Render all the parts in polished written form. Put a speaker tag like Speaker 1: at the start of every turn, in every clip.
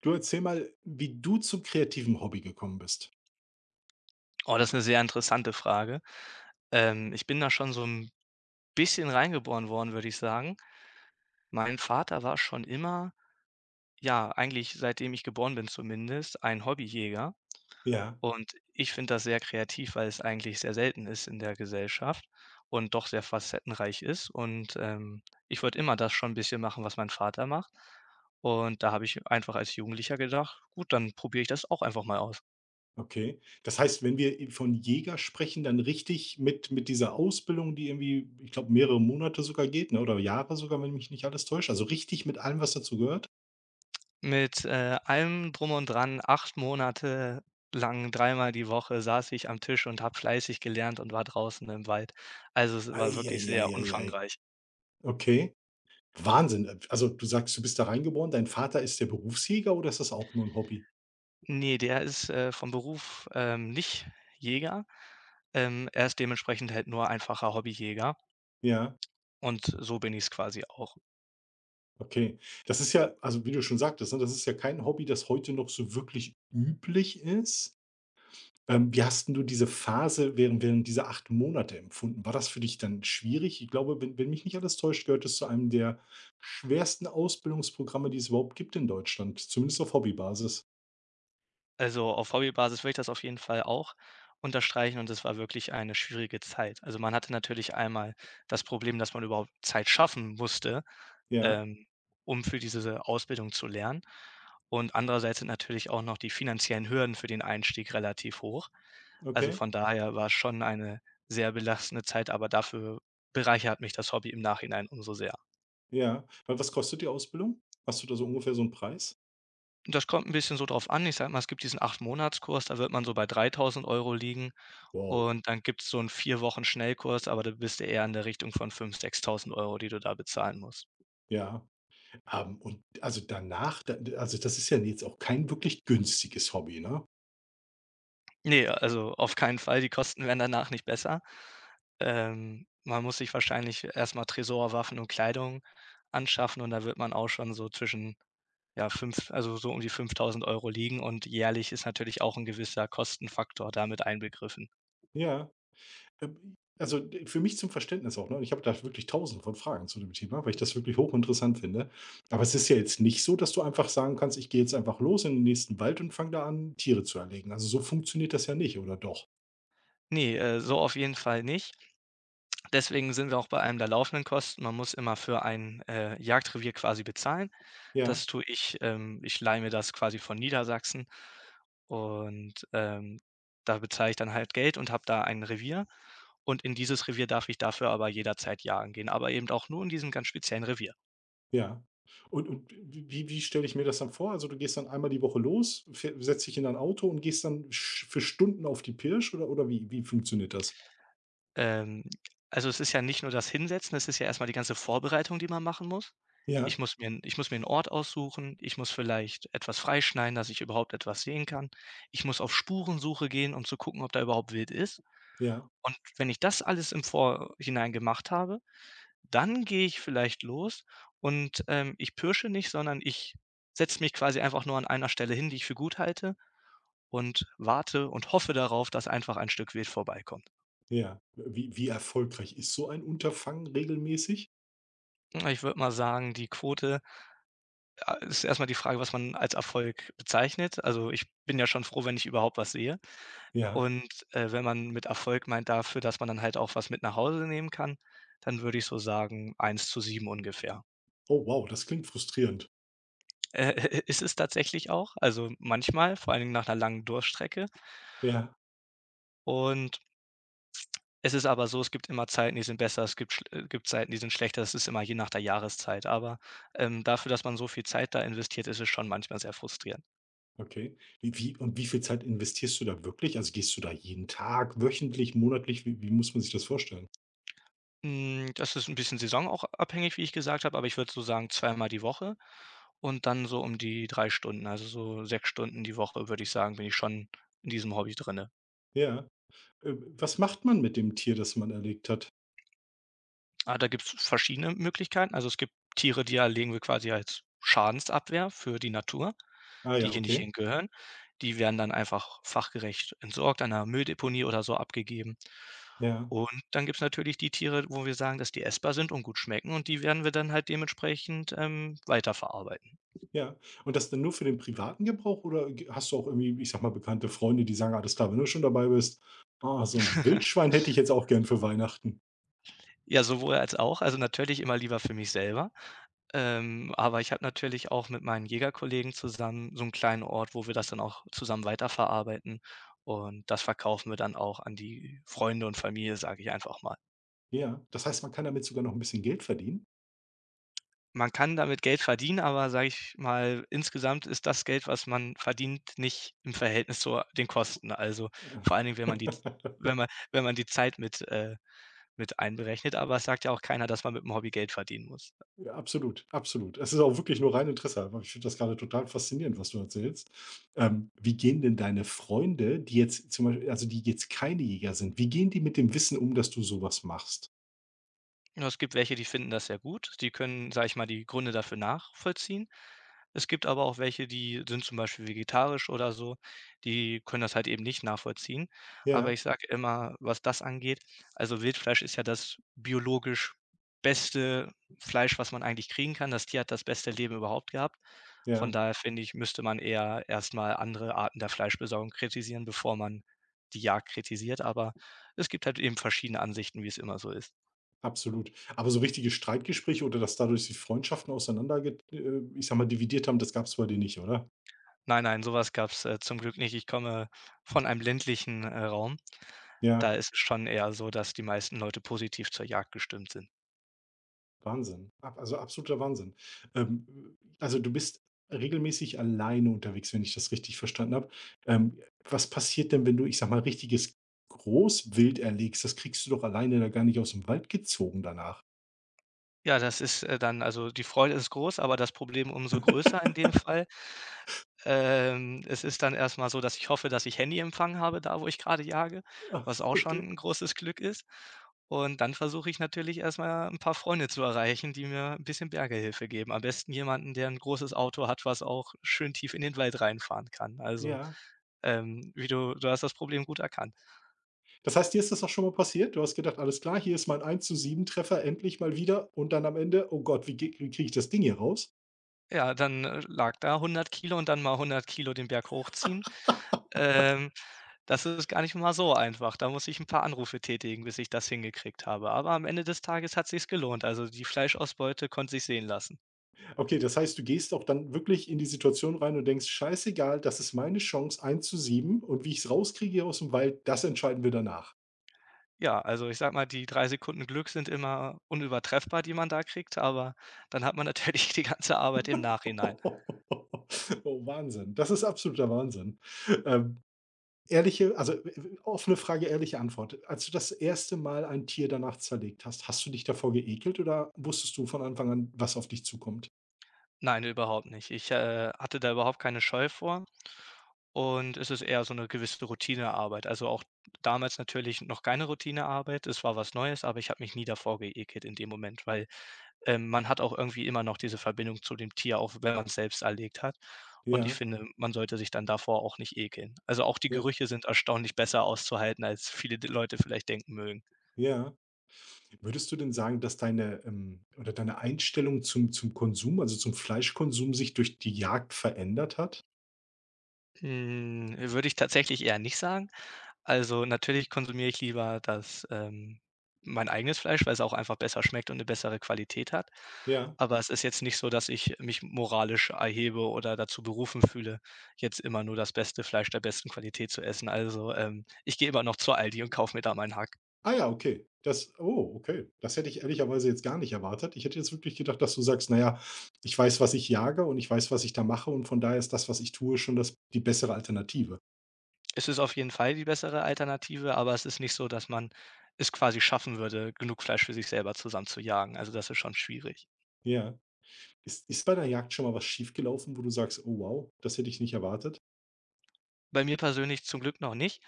Speaker 1: Du erzähl mal, wie du zum kreativen Hobby gekommen bist.
Speaker 2: Oh, das ist 'ne sehr interessante Frage. Ich bin da schon so 'n bisschen reingeboren worden, würde ich sagen. Mein Vater war schon immer, ja, eigentlich seitdem ich geboren bin zumindest, ein Hobbyjäger
Speaker 1: Ja,
Speaker 2: und ich finde das sehr kreativ, weil es eigentlich sehr selten ist in der Gesellschaft und doch sehr facettenreich ist und. Ich wollte immer das schon 'n bisschen machen, was mein Vater macht und da habe ich einfach als Jugendlicher gedacht: „Gut, dann probiere ich das auch einfach mal aus.“
Speaker 1: okay. Das heißt, wenn wir von Jäger sprechen, dann richtig mit dieser Ausbildung, die irgendwie, ich glaube, mehrere Monate sogar geht, ne? Oder Jahre sogar, wenn mich nicht alles täuscht. Also richtig mit allem, was dazu gehört.
Speaker 2: Mit allem Drum und Dran 8 Monate lang dreimal die Woche saß ich am Tisch und habe fleißig gelernt und war draußen im Wald. Also, es war wirklich sehr
Speaker 1: Eieieiei.
Speaker 2: umfangreich.
Speaker 1: Okay. Wahnsinn. Also du sagst, du bist da reingeboren, dein Vater ist der Berufsjäger oder ist das auch nur ein Hobby?
Speaker 2: Ne, der ist vom Beruf nicht Jäger. Er ist dementsprechend halt nur einfacher Hobbyjäger
Speaker 1: Ja,
Speaker 2: und so bin ich es quasi auch.
Speaker 1: okay. Das ist ja, also wie du schon sagtest, ne, das ist ja kein Hobby, das heute noch so wirklich üblich ist. Wie hast 'n du diese Phase während dieser 8 Monate empfunden? War das für dich dann schwierig? Ich glaube, wenn mich nicht alles täuscht, gehört es zu einem der schwersten Ausbildungsprogramme, die es überhaupt gibt in Deutschland, zumindest auf Hobbybasis.
Speaker 2: Also, auf Hobbybasis würde ich das auf jeden Fall auch unterstreichen und es war wirklich eine schwierige Zeit. Also, man hatte natürlich einmal das Problem, dass man überhaupt Zeit schaffen musste,
Speaker 1: Ja,
Speaker 2: ähm, um für diese Ausbildung zu lernen. Und andererseits sind natürlich auch noch die finanziellen Hürden für den Einstieg relativ hoch. Also,
Speaker 1: okay,
Speaker 2: von daher war es schon eine sehr belastende Zeit, aber dafür bereichert mich das Hobby im Nachhinein umso sehr.
Speaker 1: ja. Wa Was kostet die Ausbildung? Hast du da so ungefähr so einen Preis?
Speaker 2: Und das kommt ein bisschen so drauf an. Ich sage mal, es gibt diesen 8 Monatskurs, da wird man so bei 3.000 Euro liegen.
Speaker 1: Wow,
Speaker 2: Und dann gibt's so 'n 4 Wochen Schnellkurs, aber da bist du eher in der Richtung von 5.000, 6.000 Euro, die du da bezahlen musst.
Speaker 1: ja. Und also danach, da also das ist ja jetzt auch kein wirklich günstiges Hobby, ne?
Speaker 2: Ne, also auf keinen Fall, die Kosten werden danach nicht besser. Man muss sich wahrscheinlich erst mal Tresor, Waffen und Kleidung anschaffen und da wird man auch schon so zwischen, ja, 5, also so um die 5.000 Euro liegen und jährlich ist natürlich auch 'n gewisser Kostenfaktor da mit einbegriffen.
Speaker 1: Ja. Also, für mich zum Verständnis auch, ne? Ich habe da wirklich Tausende von Fragen zu dem Thema, weil ich das wirklich hochinteressant finde. Aber es ist ja jetzt nicht so, dass du einfach sagen kannst: „Ich gehe jetzt einfach los in den nächsten Wald und fange da an, Tiere zu erlegen.“ Also, so funktioniert das ja nicht, oder doch?
Speaker 2: Ne, so auf jeden Fall nicht. Deswegen sind wir auch bei einem der laufenden Kosten. Man muss immer für ein Jagdrevier quasi bezahlen.
Speaker 1: Ja,
Speaker 2: Das tue ich. Ich leihe mir das quasi von Niedersachsen und da bezahle ich dann halt Geld und habe da ein Revier und in dieses Revier darf ich dafür aber jederzeit jagen gehen, aber eben auch nur in diesem ganz speziellen Revier.
Speaker 1: ja. Und wie stelle ich mir das dann vor? Also, du gehst dann einmal die Woche los, fäh setzt dich in dein Auto und gehst dann sch für Stunden auf die Pirsch oder oder wie funktioniert das?
Speaker 2: Ähm, also, es ist ja nicht nur das Hinsetzen, es ist ja erstmal die ganze Vorbereitung, die man machen muss.
Speaker 1: Ja,
Speaker 2: Ich muss mir einen Ort aussuchen, ich muss vielleicht etwas freischneiden, dass ich überhaupt etwas sehen kann. Ich muss auf Spurensuche gehen, um zu gucken, ob da überhaupt Wild ist
Speaker 1: ja,
Speaker 2: und wenn ich das alles im Vorhinein gemacht habe, dann gehe ich vielleicht los und ich pirsche nicht, sondern ich setze mich quasi einfach nur an einer Stelle hin, die ich für gut halte und warte und hoffe darauf, dass einfach ein Stück Wild vorbeikommt.
Speaker 1: ja. Wie erfolgreich ist so ein Unterfangen regelmäßig?
Speaker 2: Ich würde mal sagen, ist erstmal die Frage, was man als Erfolg bezeichnet. Also, ich bin ja schon froh, wenn ich überhaupt was sehe.
Speaker 1: Ja.
Speaker 2: Und wenn man mit Erfolg meint dafür, dass man dann halt auch was mit nach Hause nehmen kann, dann würde ich so sagen 1:7 ungefähr.
Speaker 1: Oh wow, das klingt frustrierend.
Speaker 2: Äh, ist es tatsächlich auch. Also, manchmal, vor allen Dingen nach einer langen Durststrecke,
Speaker 1: Ja,
Speaker 2: und es ist aber so, es gibt immer Zeiten, die sind besser, es gibt Zeiten, die sind schlechter. Es ist immer je nach der Jahreszeit, aber dafür, dass man so viel Zeit da investiert, ist es schon manchmal sehr frustrierend.
Speaker 1: okay. Wie wie und wie viel Zeit investierst du da wirklich? Also, gehst du da jeden Tag, wöchentlich, monatlich? Wie muss man sich das vorstellen?
Speaker 2: Das ist ein bisschen saison auch abhängig, wie ich gesagt habe, aber ich würde so sagen, zweimal die Woche und dann so um die 3 Stunden, also so 6 Stunden die Woche, würde ich sagen, bin ich schon in diesem Hobby drinne.
Speaker 1: Ja. Äh, Was macht man mit dem Tier, das man erlegt hat?
Speaker 2: Ah, da gibt's verschiedene Möglichkeiten. Also, es gibt Tiere, die erlegen wir quasi als Schadensabwehr für die Natur,
Speaker 1: Ah
Speaker 2: die
Speaker 1: ja,
Speaker 2: hier nicht
Speaker 1: okay.
Speaker 2: hingehören. Die werden dann einfach fachgerecht entsorgt, an einer Mülldeponie oder so abgegeben.
Speaker 1: Ja,
Speaker 2: Und dann gibt's natürlich die Tiere, wo wir sagen, dass die essbar sind und gut schmecken und die werden wir dann halt dementsprechend weiterverarbeiten.
Speaker 1: ja. Und das dann nur für den privaten Gebrauch oder g hast du auch irgendwie, ich sage mal, bekannte Freunde, die sagen: „Alles klar, wenn du schon dabei bist, ah, so ein Wildschwein hätte ich jetzt auch gern für Weihnachten.“
Speaker 2: Ja, sowohl als auch. Also, natürlich immer lieber für mich selber. Aber ich habe natürlich auch mit meinen Jägerkollegen zusammen so 'n kleinen Ort, wo wir das dann auch zusammen weiterverarbeiten und das verkaufen wir dann auch an die Freunde und Familie, sage ich einfach mal.
Speaker 1: Ja, das heißt, man kann damit sogar noch ein bisschen Geld verdienen?
Speaker 2: Man kann damit Geld verdienen, aber sage ich mal, insgesamt ist das Geld, was man verdient, nicht im Verhältnis zu den Kosten. Also,
Speaker 1: Ja.
Speaker 2: vor allen Dingen, wenn man die Zeit mit mit einberechnet, aber es sagt ja auch keiner, dass man mit dem Hobby Geld verdienen muss.
Speaker 1: Ja, absolut, absolut. Es ist auch wirklich nur rein Interesse, aber ich finde das gerade total faszinierend, was du erzählst. Wie gehen denn deine Freunde, die jetzt zum Beispiel also, die jetzt keine Jäger sind, wie gehen die mit dem Wissen um, dass du sowas machst?
Speaker 2: Ja, es gibt welche, die finden das sehr gut. Die können, sage ich mal, die Gründe dafür nachvollziehen. Es gibt aber auch welche, die sind zum Beispiel vegetarisch oder so, die können das halt eben nicht nachvollziehen. Aber
Speaker 1: Ja,
Speaker 2: ich sage immer, was das angeht, also Wildfleisch ist ja das biologisch beste Fleisch, was man eigentlich kriegen kann. Das Tier hat das beste Leben überhaupt gehabt. Von
Speaker 1: ja,
Speaker 2: daher finde ich, müsste man eher erst mal andere Arten der Fleischbesorgung kritisieren, bevor man die Jagd kritisiert. Aber es gibt halt eben verschiedene Ansichten, wie es immer so ist.
Speaker 1: absolut. Aber so richtige Streitgespräche oder dass dadurch die Freundschaften auseinander ich sage mal, dividiert haben, das gab es bei dir nicht, oder?
Speaker 2: Nein, nein, sowas gab's zum Glück nicht. Ich komme von einem ländlichen Raum.
Speaker 1: Ja.
Speaker 2: Da ist es schon eher so, dass die meisten Leute positiv zur Jagd gestimmt sind.
Speaker 1: Wahnsinn. Ab Also, absoluter Wahnsinn. Also, du bist regelmäßig alleine unterwegs, wenn ich das richtig verstanden habe. Was passiert denn, wenn du, ich sag mal, richtiges Großwild erlegst? Das kriegst du doch alleine da gar nicht aus dem Wald gezogen danach.
Speaker 2: Ja, das ist dann also die Freude ist groß, aber das Problem umso größer in dem Fall. Es ist dann erst mal so, dass ich hoffe, dass ich Handyempfang habe da, wo ich grade jage,
Speaker 1: Ah,
Speaker 2: was auch schon
Speaker 1: okay.
Speaker 2: 'n großes Glück ist. Und dann versuche ich natürlich erst mal 'n paar Freunde zu erreichen, die mir 'n bisschen Bergehilfe geben. Am besten jemanden, der 'n großes Auto hat, was auch schön tief in den Wald reinfahren kann. Also,
Speaker 1: Ja.
Speaker 2: ähm, wie du hast das Problem gut erkannt.
Speaker 1: Das heißt, dir ist das auch schon mal passiert? Du hast gedacht: „Alles klar, hier ist mein eins zu sieben Treffer endlich mal wieder“ und dann am Ende: „Oh Gott, wie kriege ich das Ding hier raus?“
Speaker 2: Ja, dann lag da 100 Kilo und dann mal 100 Kilo den Berg hochziehen. Ähm Das ist gar nicht mal so einfach. Da muss ich ein paar Anrufe tätigen, bis ich das hingekriegt habe. Aber am Ende des Tages hat sich's gelohnt. Also, die Fleischausbeute konnte sich sehen lassen.
Speaker 1: Okay, das heißt, du gehst auch dann wirklich in die Situation rein und denkst: „Scheißegal, das ist meine Chance eins zu sieben und wie ich es rauskriege aus dem Wald, das entscheiden wir danach.“
Speaker 2: Ja, also, ich sage mal, die 3 Sekunden Glück sind immer unübertreffbar, die man da kriegt, aber dann hat man natürlich die ganze Arbeit im Nachhinein.
Speaker 1: Oh, Wahnsinn. Das ist absoluter Wahnsinn. Ähm, ehrliche also, w Offene Frage, ehrliche Antwort. Als du das erste Mal ein Tier danach zerlegt hast, hast du dich davor geekelt oder wusstest du von Anfang an, was auf dich zukommt?
Speaker 2: Nein, überhaupt nicht. Ich hatte da überhaupt keine Scheu vor und es ist eher so eine gewisse Routinearbeit. Also, auch damals natürlich noch keine Routinearbeit. Es war was Neues, aber ich habe mich nie davor geekelt in dem Moment, weil man hat auch irgendwie immer noch diese Verbindung zu dem Tier auch wenn man's selbst erlegt hat. Und ich
Speaker 1: Ja,
Speaker 2: finde, man sollte sich dann davor auch nicht ekeln. Also, auch die
Speaker 1: ja,
Speaker 2: Gerüche sind erstaunlich besser auszuhalten, als viele d Leute vielleicht denken mögen.
Speaker 1: ja. Würdest du denn sagen, dass deine, oder deine Einstellung zum Konsum, also zum Fleischkonsum sich durch die Jagd verändert hat?
Speaker 2: Hm, würde ich tatsächlich eher nicht sagen. Also, natürlich konsumiere ich lieber das mein eigenes Fleisch, weil es auch einfach besser schmeckt und 'ne bessere Qualität hat.
Speaker 1: Ja.
Speaker 2: Aber es ist jetzt nicht so, dass ich mich moralisch erhebe oder dazu berufen fühle, jetzt immer nur das beste Fleisch der besten Qualität zu essen. Also, ich gehe immer noch zu Aldi und kaufe mir da meinen Hack.
Speaker 1: Ah ja, okay. Das Oh, okay. Das hätte ich ehrlicherweise jetzt gar nicht erwartet. Ich hätte jetzt wirklich gedacht, dass du sagst: „Na ja, ich weiß, was ich jage und ich weiß, was ich da mache und von daher ist das, was ich tue, schon das die bessere Alternative.“
Speaker 2: Es ist auf jeden Fall die bessere Alternative, aber es ist nicht so, dass man es quasi schaffen würde, genug Fleisch für sich selber zusammenzujagen. Also, das ist schon schwierig.
Speaker 1: Ja. Ist bei der Jagd schon mal was schiefgelaufen, wo du sagst: „Oh wow, das hätte ich nicht erwartet?“
Speaker 2: Bei mir persönlich zum Glück noch nicht.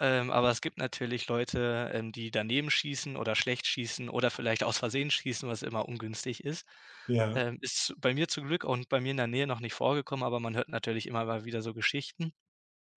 Speaker 2: Aber es gibt natürlich Leute, die daneben schießen oder schlecht schießen oder vielleicht aus Versehen schießen, was immer ungünstig ist.
Speaker 1: Ja.
Speaker 2: Ist bei mir zum Glück und bei mir in der Nähe noch nicht vorgekommen, aber man hört natürlich immer mal wieder so Geschichten.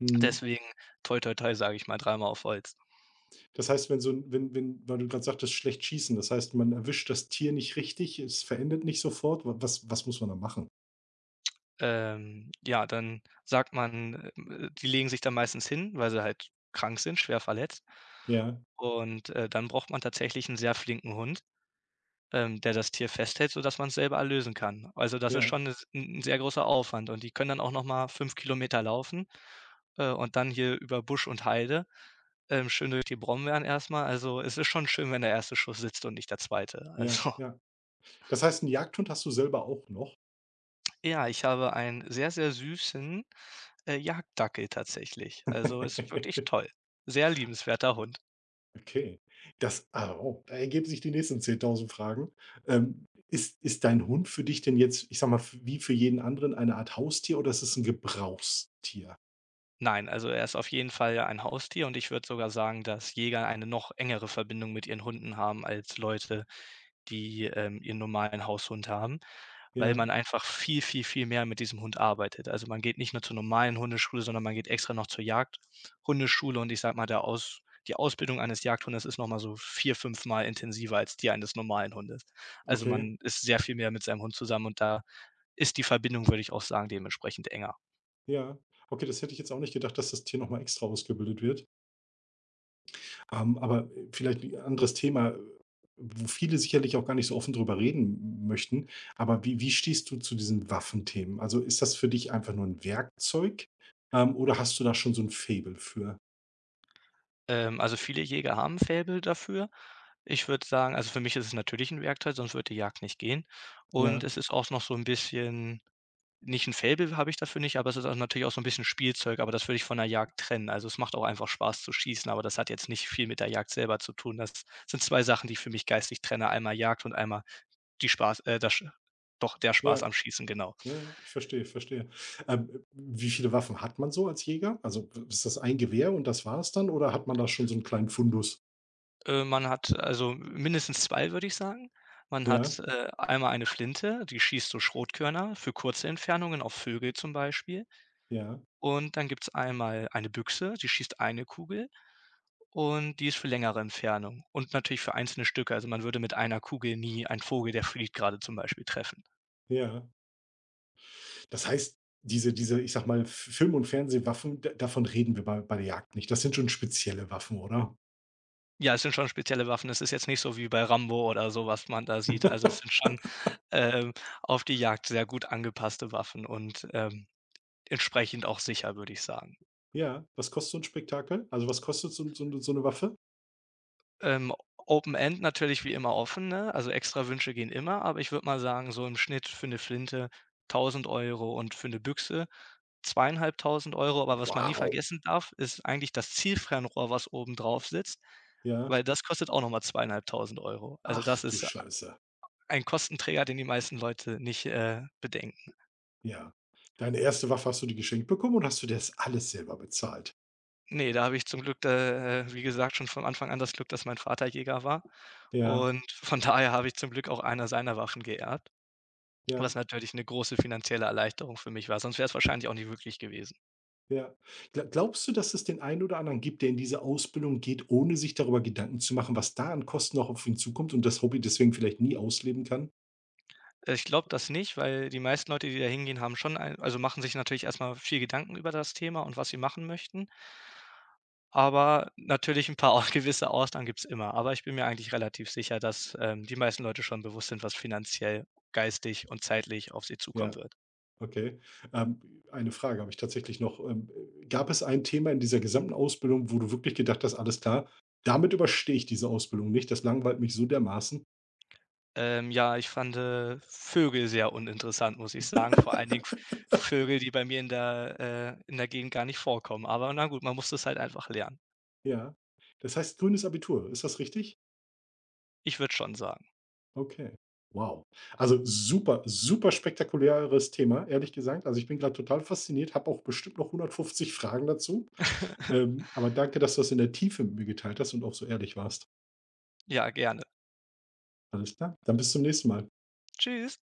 Speaker 1: Mhm.
Speaker 2: Deswegen toi toi toi, sage ich mal, dreimal auf Holz.
Speaker 1: Das heißt, wenn so 'n wenn weil du grad sagtest, schlecht schießen, das heißt, man erwischt das Tier nicht richtig, es verendet nicht sofort. Wa was was muss man da machen?
Speaker 2: Ja, dann sagt man, die legen sich dann meistens hin, weil sie halt krank sind, schwer verletzt.
Speaker 1: Ja,
Speaker 2: Und dann braucht man tatsächlich einen sehr flinken Hund, der das Tier festhält, sodass man es selber erlösen kann. Also, das ist
Speaker 1: ja,
Speaker 2: schon 'ne s 'n 'n sehr großer Aufwand und die können dann auch noch mal 5 Kilometer laufen, und dann hier über Busch und Heide, schön durch die Brombeeren erst mal. Also, es ist schon schön, wenn der erste Schuss sitzt und nicht der zweite.
Speaker 1: ja,
Speaker 2: Also,
Speaker 1: ja. Das heißt, 'n Jagdhund hast du selber auch noch?
Speaker 2: ja, ich habe einen sehr, sehr süßen Jagddackel tatsächlich. Also, ist wirklich toll. Sehr liebenswerter Hund.
Speaker 1: Okay. Oh, da ergeben sich die nächsten 10.000 Fragen. Ist dein Hund für dich denn jetzt, ich sage mal, f wie für jeden anderen eine Art Haustier oder ist es 'n Gebrauchstier?
Speaker 2: Nein, also, er ist auf jeden Fall ein Haustier und ich würde sogar sagen, dass Jäger eine noch engere Verbindung mit ihren Hunden haben als Leute, die ihren normalen Haushund haben, weil
Speaker 1: Ja,
Speaker 2: man einfach viel, viel, viel mehr mit diesem Hund arbeitet. Also, man geht nicht nur zur normalen Hundeschule, sondern man geht extra noch zur Jagdhundeschule und ich sage mal, der Aus die Ausbildung eines Jagdhundes ist noch mal so vier, fünf mal intensiver als die eines normalen Hundes. Also,
Speaker 1: okay,
Speaker 2: man ist sehr viel mehr mit seinem Hund zusammen und da ist die Verbindung, würde ich auch sagen, dementsprechend enger.
Speaker 1: ja. Okay, das hätte ich jetzt auch nicht gedacht, dass das Tier noch mal extra ausgebildet wird. Aber vielleicht 'n anderes Thema, wo viele sicherlich auch gar nicht so offen drüber reden möchten. Aber wie stehst du zu diesen Waffenthemen? Also, ist das für dich einfach nur ein Werkzeug, oder hast du da schon so ein Faible für?
Speaker 2: Also, viele Jäger haben 'n Faible dafür. Ich würde sagen also, für mich ist es natürlich ein Werkzeug, sonst würde die Jagd nicht gehen und
Speaker 1: Ja,
Speaker 2: es ist auch noch so ein bisschen. Nicht 'n Faible habe ich dafür nicht, aber es ist auch natürlich auch so 'n bisschen Spielzeug, aber das würde ich von der Jagd trennen. Also, es macht auch einfach Spaß zu schießen, aber das hat jetzt nicht viel mit der Jagd selber zu tun. Das sind 2 Sachen, die ich für mich geistig trenne. Einmal Jagd und einmal die Spaß das Sch doch, der Spaß
Speaker 1: ja,
Speaker 2: am Schießen, genau.
Speaker 1: ja, ich verstehe, verstehe. Wie viele Waffen hat man so als Jäger? Also, ist das ein Gewehr und das war es dann oder hat man da schon so einen kleinen Fundus?
Speaker 2: Man hat also mindestens 2, würde ich sagen. Man
Speaker 1: Ja,
Speaker 2: hat einmal eine Flinte, die schießt so Schrotkörner für kurze Entfernungen auf Vögel zum Beispiel.
Speaker 1: ja,
Speaker 2: Und dann gibt's einmal eine Büchse, die schießt eine Kugel. Und die ist für längere Entfernungen und natürlich für einzelne Stücke. Also, man würde mit einer Kugel nie einen Vogel, der fliegt gerade zum Beispiel, treffen.
Speaker 1: ja. Das heißt, diese diese, ich sag mal, F Film und Fernsehwaffen, da davon reden wir bei der Jagd nicht. Das sind schon spezielle Waffen, oder?
Speaker 2: Ja, es sind schon spezielle Waffen. Es ist jetzt nicht so wie bei Rambo oder so, was man da sieht. Also, es sind schon, ähm, auf die Jagd sehr gut angepasste Waffen und entsprechend auch sicher, würde ich sagen.
Speaker 1: Ja. Was kostet so ein Spektakel? Also, was kostet so 'n so 'ne Waffe?
Speaker 2: Open End natürlich wie immer offen, ne? Also extra Wünsche gehen immer, aber ich würde mal sagen, so im Schnitt für eine Flinte 1.000 Euro und für eine Büchse 2.500 Euro. Aber was man nie
Speaker 1: Wow.
Speaker 2: vergessen darf, ist eigentlich das Zielfernrohr, was oben drauf sitzt,
Speaker 1: Ja.
Speaker 2: weil das kostet auch noch mal 2.500 €. Also,
Speaker 1: Ach
Speaker 2: das
Speaker 1: du
Speaker 2: ist
Speaker 1: Scheiße.
Speaker 2: ein Kostenträger, den die meisten Leute nicht bedenken.
Speaker 1: Ja. Deine erste Waffe hast du dir geschenkt bekommen und hast du dir das alles selber bezahlt?
Speaker 2: Ne, da habe ich zum Glück, wie gesagt, schon von Anfang an das Glück, dass mein Vater Jäger war
Speaker 1: Ja,
Speaker 2: und von daher habe ich zum Glück auch einer seiner Waffen geerbt.
Speaker 1: ja,
Speaker 2: Was natürlich 'ne große finanzielle Erleichterung für mich war, sonst wäre es wahrscheinlich auch nicht möglich gewesen.
Speaker 1: ja. Glaubst du, dass es den einen oder anderen gibt, der in diese Ausbildung geht, ohne sich darüber Gedanken zu machen, was da an Kosten noch auf ihn zukommt und das Hobby deswegen vielleicht nie ausleben kann?
Speaker 2: Ich glaube das nicht, weil die meisten Leute, die da hingehen, haben schon ein also, machen sich natürlich erst mal viel Gedanken über das Thema und was sie machen möchten, aber natürlich 'n paar au gewisse Ausnahmen gibt's immer. Aber ich bin mir eigentlich relativ sicher, dass die meisten Leute schon bewusst sind, was finanziell, geistig und zeitlich auf sie zukommen
Speaker 1: Ja.
Speaker 2: wird.
Speaker 1: Okay. Ähm, eine Frage habe ich tatsächlich noch. Gab es ein Thema in dieser gesamten Ausbildung, wo du wirklich gedacht hast: „Alles klar, damit überstehe ich diese Ausbildung nicht. Das langweilt mich so dermaßen.“
Speaker 2: Ja, ich fande Vögel sehr uninteressant, muss ich sagen, vor allen Dingen V Vögel, die bei mir in der Gegend gar nicht vorkommen. Aber na gut, man muss das halt einfach lernen.
Speaker 1: Ja. Das heißt grünes Abitur. Ist das richtig?
Speaker 2: Ich würde schon sagen.
Speaker 1: Okay. Wow. Also super, super spektakuläres Thema, ehrlich gesagt. Also, ich bin gerade total fasziniert, habe auch bestimmt noch 150 Fragen dazu. Aber danke, dass du das in der Tiefe mit mir geteilt hast und auch so ehrlich warst.
Speaker 2: Ja, gerne.
Speaker 1: Alles klar, dann bis zum nächsten Mal.
Speaker 2: Tschüss.